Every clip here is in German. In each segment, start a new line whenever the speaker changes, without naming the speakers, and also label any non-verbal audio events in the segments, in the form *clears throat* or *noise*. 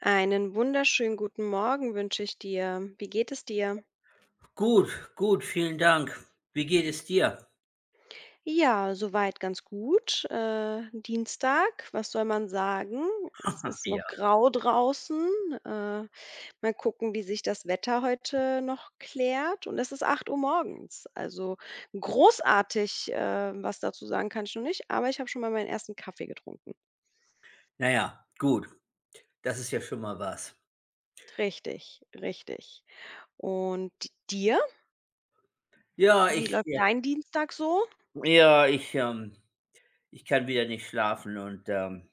Einen wunderschönen guten Morgen wünsche ich dir. Wie geht es dir?
Gut, gut, vielen Dank. Wie geht es dir?
Ja, soweit ganz gut. Dienstag, was soll man sagen? Es
*laughs*
ist noch
Ja.
grau draußen. Äh, mal gucken, wie sich das Wetter heute noch klärt. Und es ist 8 Uhr morgens. Also großartig, was dazu sagen kann ich noch nicht. Aber ich habe schon mal meinen ersten Kaffee getrunken.
Naja, gut. Das ist ja schon mal was.
Richtig, richtig. Und dir?
Ja,
Wie
ich
läuft
ja,
dein Dienstag so?
ja, ich, ich kann wieder nicht schlafen und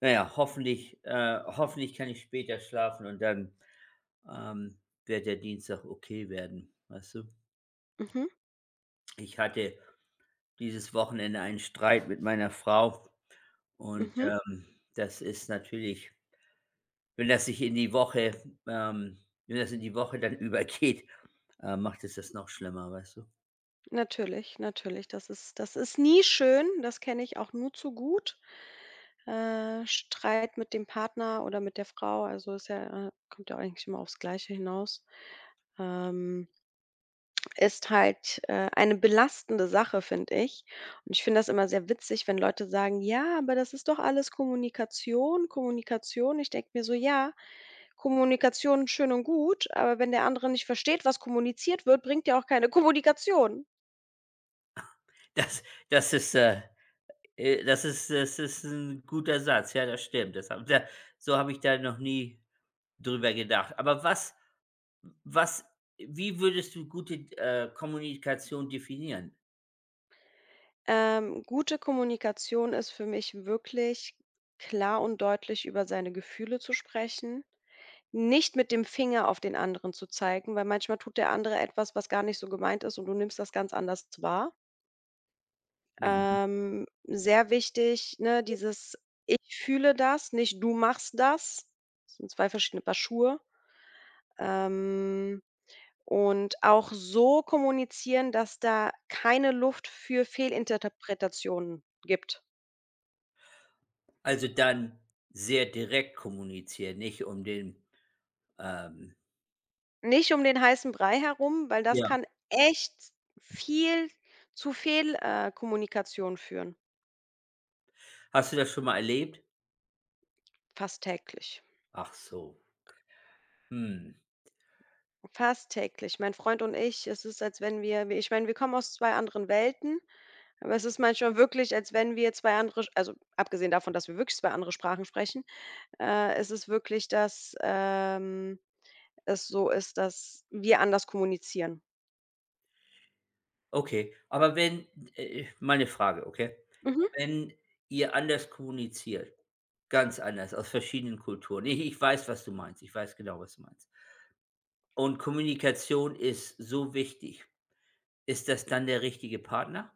na ja, hoffentlich kann ich später schlafen und dann, ähm, wird der Dienstag okay werden, weißt du?
Mhm,
Ich hatte dieses Wochenende einen Streit mit meiner Frau und,
mhm.
ähm, das ist natürlich. Wenn das sich in die Woche ähm, wenn das in die Woche dann *laughs* übergeht, macht es das noch schlimmer, weißt du?
Natürlich, natürlich. Das ist nie schön, das kenne ich auch nur zu gut. Streit mit dem Partner oder mit der Frau, also ist ja kommt ja eigentlich immer aufs Gleiche hinaus, ähm, ist halt, eine belastende Sache, finde ich. Und ich finde das immer sehr witzig, wenn Leute sagen: „Ja, aber das ist doch alles Kommunikation, Kommunikation.“ Ich denke mir so: „Ja, Kommunikation schön und gut, aber wenn der andere nicht versteht, was kommuniziert wird, bringt ja auch keine Kommunikation.“
Das das ist, äh, das ist ein guter Satz. Ja, das stimmt. Das habe da So habe ich da noch nie drüber gedacht. Aber was was wie würdest du gute Kommunikation definieren?
Gute Kommunikation ist für mich wirklich klar und deutlich über seine Gefühle zu sprechen, nicht mit dem Finger auf den anderen zu zeigen, weil manchmal tut der andere etwas, was gar nicht so gemeint ist und du nimmst das ganz anders wahr.
Mhm.
Sehr wichtig, ne, dieses Ich fühle das, nicht du machst das. Das sind zwei verschiedene Paar Schuhe. Ähm, und auch so kommunizieren, dass da keine Luft für Fehlinterpretationen gibt.
Also, dann sehr direkt kommunizieren, nicht um den, ähm
Nicht um den heißen Brei herum, weil das
ja.
kann echt viel zu Fehl Kommunikation führen.
Hast du das schon mal erlebt?
Fast täglich.
Ach so. Hm,
Fast täglich. Mein Freund und ich, es ist, als wenn wir ich meine, wir kommen aus 2 anderen Welten, aber es ist manchmal wirklich, als wenn wir 2 andere sch also, abgesehen davon, dass wir wirklich 2 andere Sprachen sprechen, ist es ist wirklich, dass, es so ist, dass wir anders kommunizieren.
okay. Aber wenn mal 'ne Frage, okay?
Mhm.
Wenn ihr anders kommuniziert, ganz anders, aus verschiedenen Kulturen. Ich weiß, was du meinst. Ich weiß genau, was du meinst. Und Kommunikation ist so wichtig. Ist das dann der richtige Partner?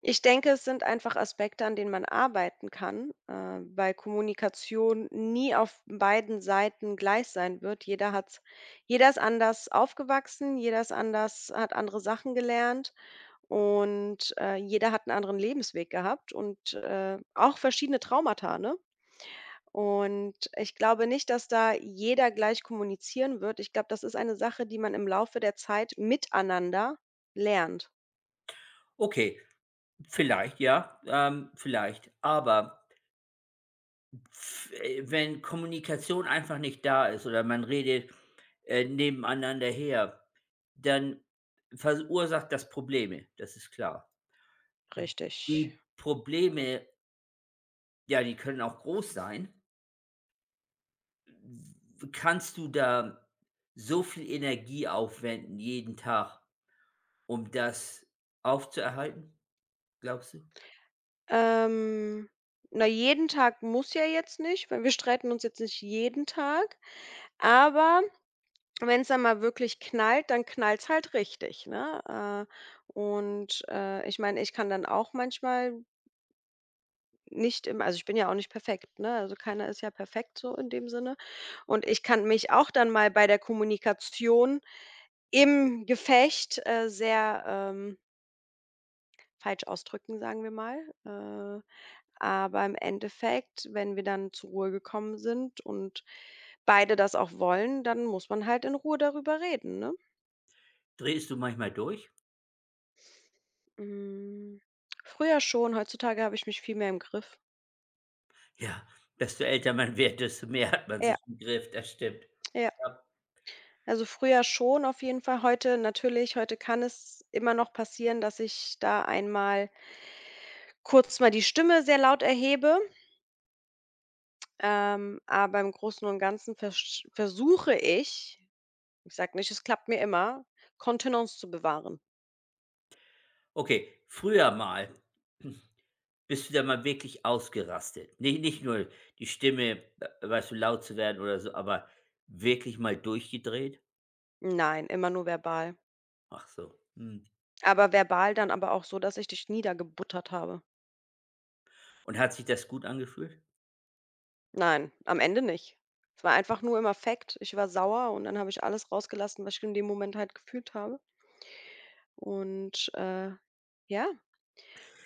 Ich denke, es sind einfach Aspekte, an denen man arbeiten kann, weil Kommunikation nie auf beiden Seiten gleich sein wird. Jeder ist anders aufgewachsen, jeder ist anders hat andere Sachen gelernt und, jeder hat einen anderen Lebensweg gehabt und, auch verschiedene Traumata, ne? Und ich glaube nicht, dass da jeder gleich kommunizieren wird. Ich glaube, das ist eine Sache, die man im Laufe der Zeit miteinander lernt.
Okay, vielleicht ja, vielleicht. Aber f wenn Kommunikation einfach nicht da ist oder man redet, nebeneinander her, dann verursacht das Probleme, das ist klar.
Richtig.
Die Probleme, ja, die können auch groß sein. W Kannst du da so viel Energie aufwenden jeden Tag, um das aufzuerhalten, glaubst du?
Ähm, na, jeden Tag muss ja jetzt nicht, weil wir streiten uns jetzt nicht jeden Tag, aber und wenn es dann mal wirklich knallt, dann knallt's halt richtig, ne? Und, ich meine, ich kann dann auch manchmal nicht im also, ich bin ja auch nicht perfekt, ne? Also, keiner ist ja perfekt so in dem Sinne. Und ich kann mich auch dann mal bei der Kommunikation im Gefecht, sehr, falsch ausdrücken, sagen wir mal. Äh, aber im Endeffekt, wenn wir dann zur Ruhe gekommen sind und beide das auch wollen, dann muss man halt in Ruhe darüber reden, ne?
Drehst du manchmal durch?
Hm, früher schon, heutzutage habe ich mich viel mehr im Griff.
Ja, desto älter man wird, desto mehr hat man
Ja,
sich im Griff, das stimmt.
ja.
Ja.
Also, früher schon auf jeden Fall. Heute natürlich heute kann es immer noch passieren, dass ich da einmal kurz mal die Stimme sehr laut erhebe, aber im Großen und Ganzen versch versuche ich ich sage nicht, es klappt mir immer, Kontenance zu bewahren.
Okay, früher mal *clears throat* bist du da mal wirklich ausgerastet? Nicht nur die Stimme, weißt du, laut zu werden oder so, aber wirklich mal durchgedreht?
Nein, immer nur verbal.
Ach so, mhm.
Aber verbal dann aber auch so, dass ich dich niedergebuttert habe.
Und hat sich das gut angefühlt? *laughs*
Nein, am Ende nicht. Es war einfach nur im Affekt. Ich war sauer und dann habe ich alles rausgelassen, was ich in dem Moment halt gefühlt habe. Und, ja,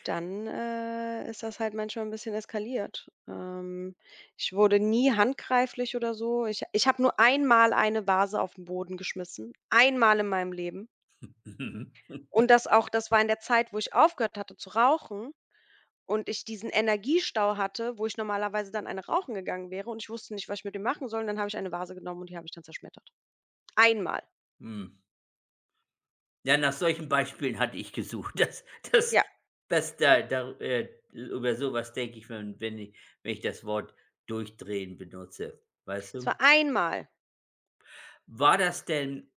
dann, ist das halt manchmal ein bisschen eskaliert. Ich wurde nie handgreiflich oder so. Ich habe nur einmal eine Vase auf den Boden geschmissen, einmal in meinem Leben.
Mhm.
Und das auch das war in der Zeit, wo ich aufgehört hatte zu rauchen. Und ich diesen Energiestau hatte, wo ich normalerweise dann eine rauchen gegangen wäre und ich wusste nicht, was ich mit dem machen soll und dann habe ich eine Vase genommen und die habe ich dann zerschmettert. Einmal.
Mhm. Ja, nach solchen Beispielen hatte ich gesucht. *laughs* Das das
Ja,
das da da über sowas denke ich, wenn wenn ich das Wort durchdrehen benutze, weißt
es war
du?
einmal.
War das denn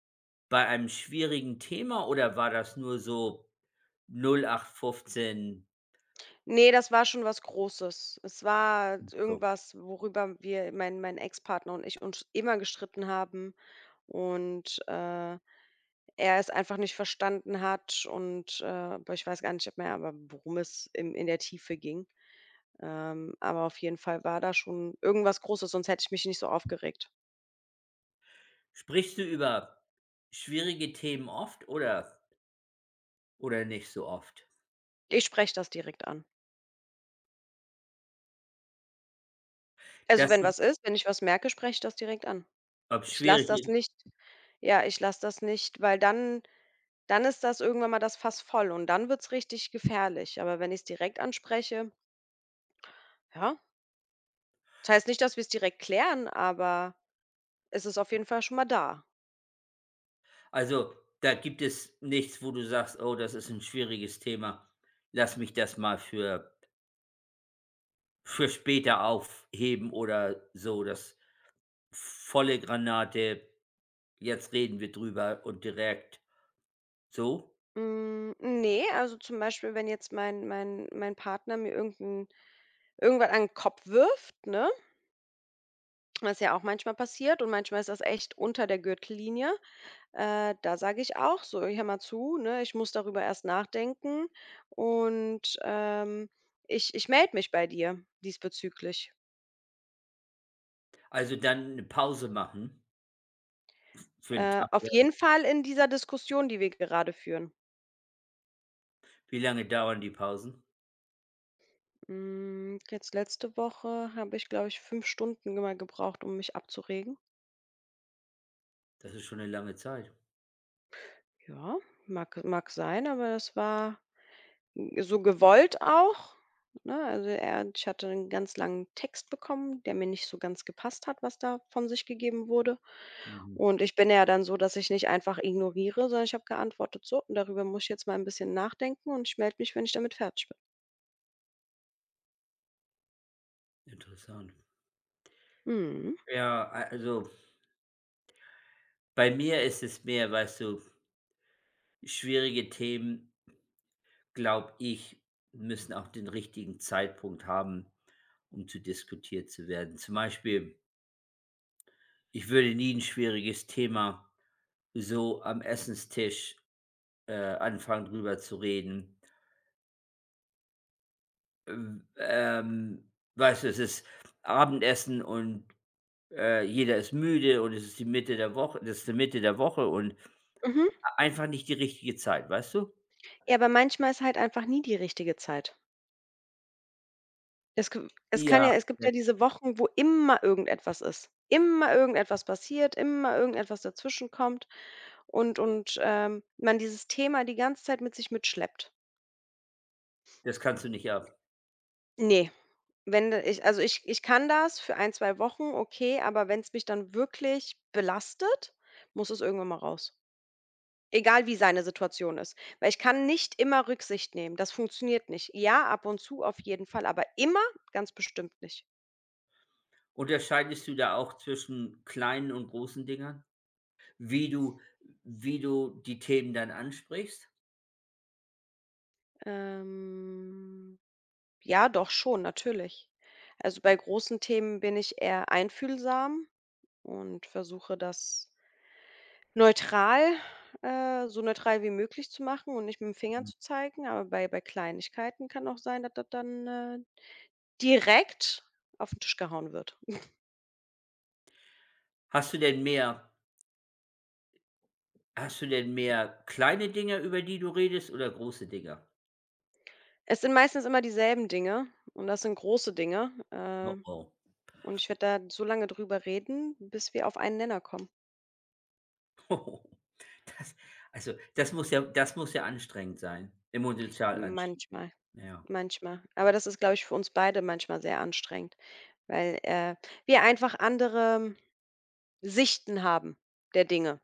bei einem schwierigen Thema oder war das nur so 0815,
Ne, das war schon was Großes. Es war
so.
irgendwas, worüber wir mein Ex-Partner und ich uns immer gestritten haben und, er es einfach nicht verstanden hat aber ich weiß gar nicht mehr, aber worum es im in der Tiefe ging. Aber auf jeden Fall war da schon irgendwas Großes, sonst hätte ich mich nicht so aufgeregt.
Sprichst du über schwierige Themen oft oder nicht so oft?
Ich spreche das direkt an. Also,
Das ist
wenn ich was merke, spreche ich das direkt an.
ob
Ich lasse
schwierig
das
ist
nicht ja, ich lasse das nicht, weil dann ist das irgendwann mal das Fass voll und dann wird's richtig gefährlich. Aber wenn ich es direkt anspreche ja, das heißt nicht, dass wir es direkt klären, aber es ist auf jeden Fall schon mal da.
also, da gibt es nichts, wo du sagst: „Oh, das ist ein schwieriges Thema. Lass mich das mal für später aufheben oder so, das volle Granate, jetzt reden wir drüber und direkt“, so?
Ne, also, zum Beispiel, wenn jetzt mein Partner mir irgendwas an 'n Kopf wirft, ne? Was ja auch manchmal passiert und manchmal ist das echt unter der Gürtellinie. Da sage ich auch so: „Hör mal zu, ne, ich muss darüber erst nachdenken und, ich melde mich bei dir diesbezüglich.“
Also, dann 'ne Pause machen für einen Tag.
Auf jeden Fall in dieser Diskussion, die wir gerade führen.
Wie lange dauern die Pausen?
Jetzt letzte Woche habe ich, glaube ich, 5 Stunden immer gebraucht, um mich abzuregen.
Das ist schon eine lange Zeit.
Ja, mag sein, aber das war so gewollt auch, ne? Also, er ich hatte einen ganz langen Text bekommen, der mir nicht so ganz gepasst hat, was da von sich gegeben wurde.
Mhm.
Und ich bin ja dann so, dass ich nicht einfach ignoriere, sondern ich habe geantwortet: „So, und darüber muss ich jetzt mal ein bisschen nachdenken und ich melde mich, wenn ich damit fertig bin.“
Interessant.
„Mhm.
Ja, a also, bei mir ist es mehr, weißt du, schwierige Themen, glaube ich, müssen auch den richtigen Zeitpunkt haben, um zu diskutiert zu werden. Zum Beispiel, ich würde nie ein schwieriges Thema so am Essenstisch anfangen, drüber zu reden. Weißt du, es ist Abendessen und, jeder ist müde und es ist die Mitte der Woche das ist die Mitte der Woche und
Mhm.“
einfach nicht die richtige Zeit, weißt du?
Ja, aber manchmal ist halt einfach nie die richtige Zeit. Es kann
Ja,
ja es gibt ja
ne,
diese Wochen, wo immer irgendetwas ist. Immer irgendetwas passiert, immer irgendetwas dazwischenkommt und, man dieses Thema die ganze Zeit mit sich mitschleppt.
das kannst du nicht ab.
Ne, wenn de ich also, ich kann das für 1, 2 Wochen, okay, aber wenn es mich dann wirklich belastet, muss es irgendwann mal raus. Egal wie seine Situation ist, weil ich kann nicht immer Rücksicht nehmen. Das funktioniert nicht. Ja, ab und zu auf jeden Fall, aber immer ganz bestimmt nicht.
Unterscheidest du da auch zwischen kleinen und großen Dingern? Wie du wie du die Themen dann ansprichst?
Ähm Ja, doch schon, natürlich. Also, bei großen Themen bin ich eher einfühlsam und versuche das neutral so neutral wie möglich zu machen und nicht mit dem Finger
Mhm.
zu zeigen. Aber bei Kleinigkeiten kann auch sein, dass das dann, direkt auf den Tisch gehauen wird.
Hast du denn mehr hast du denn mehr kleine Dinger, über die du redest oder große Dinger?
Es sind meistens immer dieselben Dinge und das sind große Dinge,
Oh, oh.
und ich werde da so lange drüber reden, bis wir auf einen Nenner kommen,
*laughs* Das also, das muss ja anstrengend sein, emotional anstrengend.
manchmal.
Ja,
Manchmal. Aber das ist, glaube ich, für uns beide manchmal sehr anstrengend, weil, wir einfach andere Sichten haben der Dinge.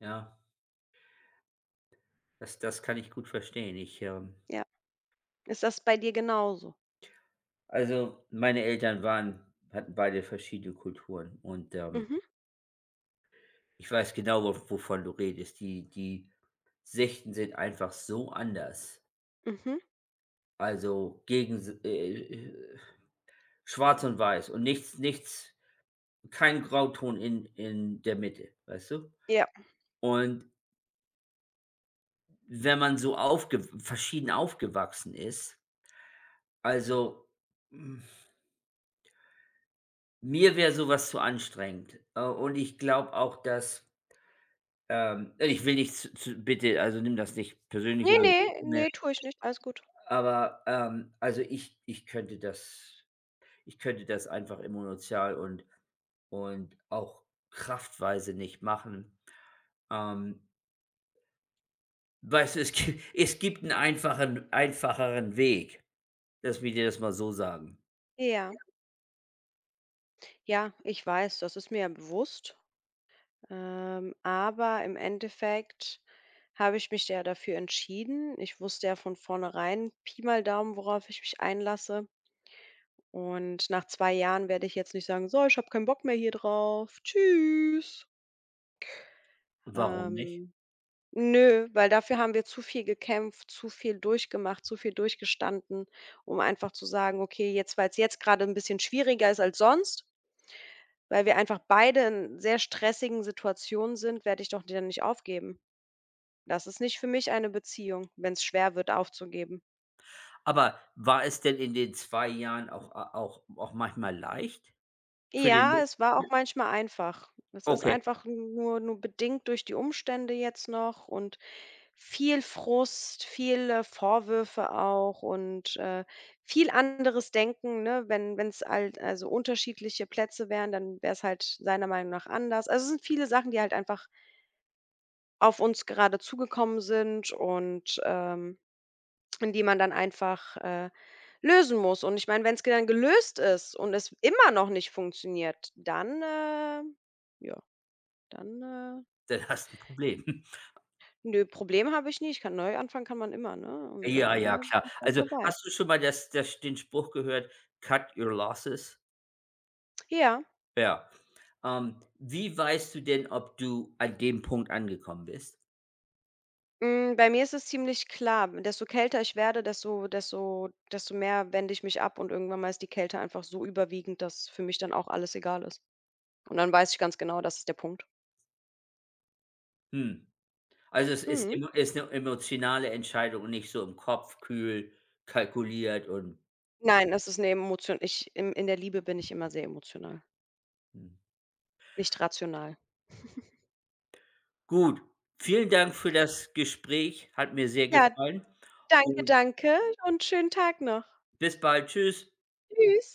ja, das das kann ich gut verstehen. Ich,
Ja. Ist das bei dir genauso?
also, meine Eltern waren hatten beide verschiedene Kulturen und.
Mhm,
Ich weiß genau, wo wovon du redest. Die Sichten sind einfach so anders.
mhm,
Also, gegen s schwarz und weiß und nichts, kein Grauton in der Mitte, weißt du?
ja.
Und wenn man so aufge verschieden aufgewachsen ist, also, hm, mir wäre sowas zu anstrengend. Und ich glaube auch, dass ich will nicht zu zu bitte, also nimm das nicht
Ne,
persönlich oder,
ne,
ne.
ne, tue ich nicht. Alles gut.
Aber, also ich könnte das einfach emotional und auch kraftweise nicht machen. Ähm, weißt du, es gi *laughs* es gibt einen einfachen einfacheren Weg. Lass mich dir das mal so sagen.
Ja. Ja, ich weiß, das ist mir ja bewusst, aber im Endeffekt habe ich mich ja dafür entschieden. Ich wusste ja von vornherein, Pi mal Daumen, worauf ich mich einlasse. Und nach 2 Jahren werde ich jetzt nicht sagen: „So, ich habe keinen Bock mehr hier drauf. Tschüss.“
Warum nicht?
Ähm, nö, weil dafür haben wir zu viel gekämpft, zu viel durchgemacht, zu viel durchgestanden, um einfach zu sagen: „Okay, jetzt weil es jetzt gerade ein bisschen schwieriger ist als sonst, weil wir einfach beide in sehr stressigen Situationen sind, werde ich doch dann nicht aufgeben.“ Das ist nicht für mich eine Beziehung, wenn es schwer wird, aufzugeben.
Aber war es denn in den 2 Jahren auch auch manchmal leicht? Für
Ja,
den
es war auch manchmal einfach. Es ist
okay,
einfach nur nur bedingt durch die Umstände jetzt noch und viel Frust, viele Vorwürfe auch und, viel anderes Denken, ne? Wenn es halt also unterschiedliche Plätze wären, dann wäre es halt seiner Meinung nach anders. Also, es sind viele Sachen, die halt einfach auf uns gerade zugekommen sind und, in die man dann einfach, lösen muss. Und ich meine, wenn es dann gelöst ist und es immer noch nicht funktioniert, ja, dann, äh
dann hast du ein Problem. *laughs*
ne, Problem habe ich nie. Ich kann neu anfangen kann man immer, ne? Und
Ja,
dann,
ja, klar.
ist halt
Also,
vorbei.
hast du schon mal das das den Spruch gehört: „Cut your losses?“
Ja,
Ja. Wie weißt du denn, ob du an dem Punkt angekommen bist?
bei mir ist es ziemlich klar. Desto kälter ich werde, desto mehr wende ich mich ab und irgendwann mal ist die Kälte einfach so überwiegend, dass für mich dann auch alles egal ist. Und dann weiß ich ganz genau, das ist der Punkt.
Hm. Also, es ist
Mhm.
emo ist eine emotionale Entscheidung und nicht so im Kopf kühl kalkuliert und
Nein, das ist 'ne Emotion. Ich in der Liebe bin ich immer sehr emotional,
hm.
nicht rational.
Gut, vielen Dank für das Gespräch, hat mir sehr
Ja,
gefallen
danke,
und
danke und schönen Tag noch.
bis bald. Tschüss.
Tschüss.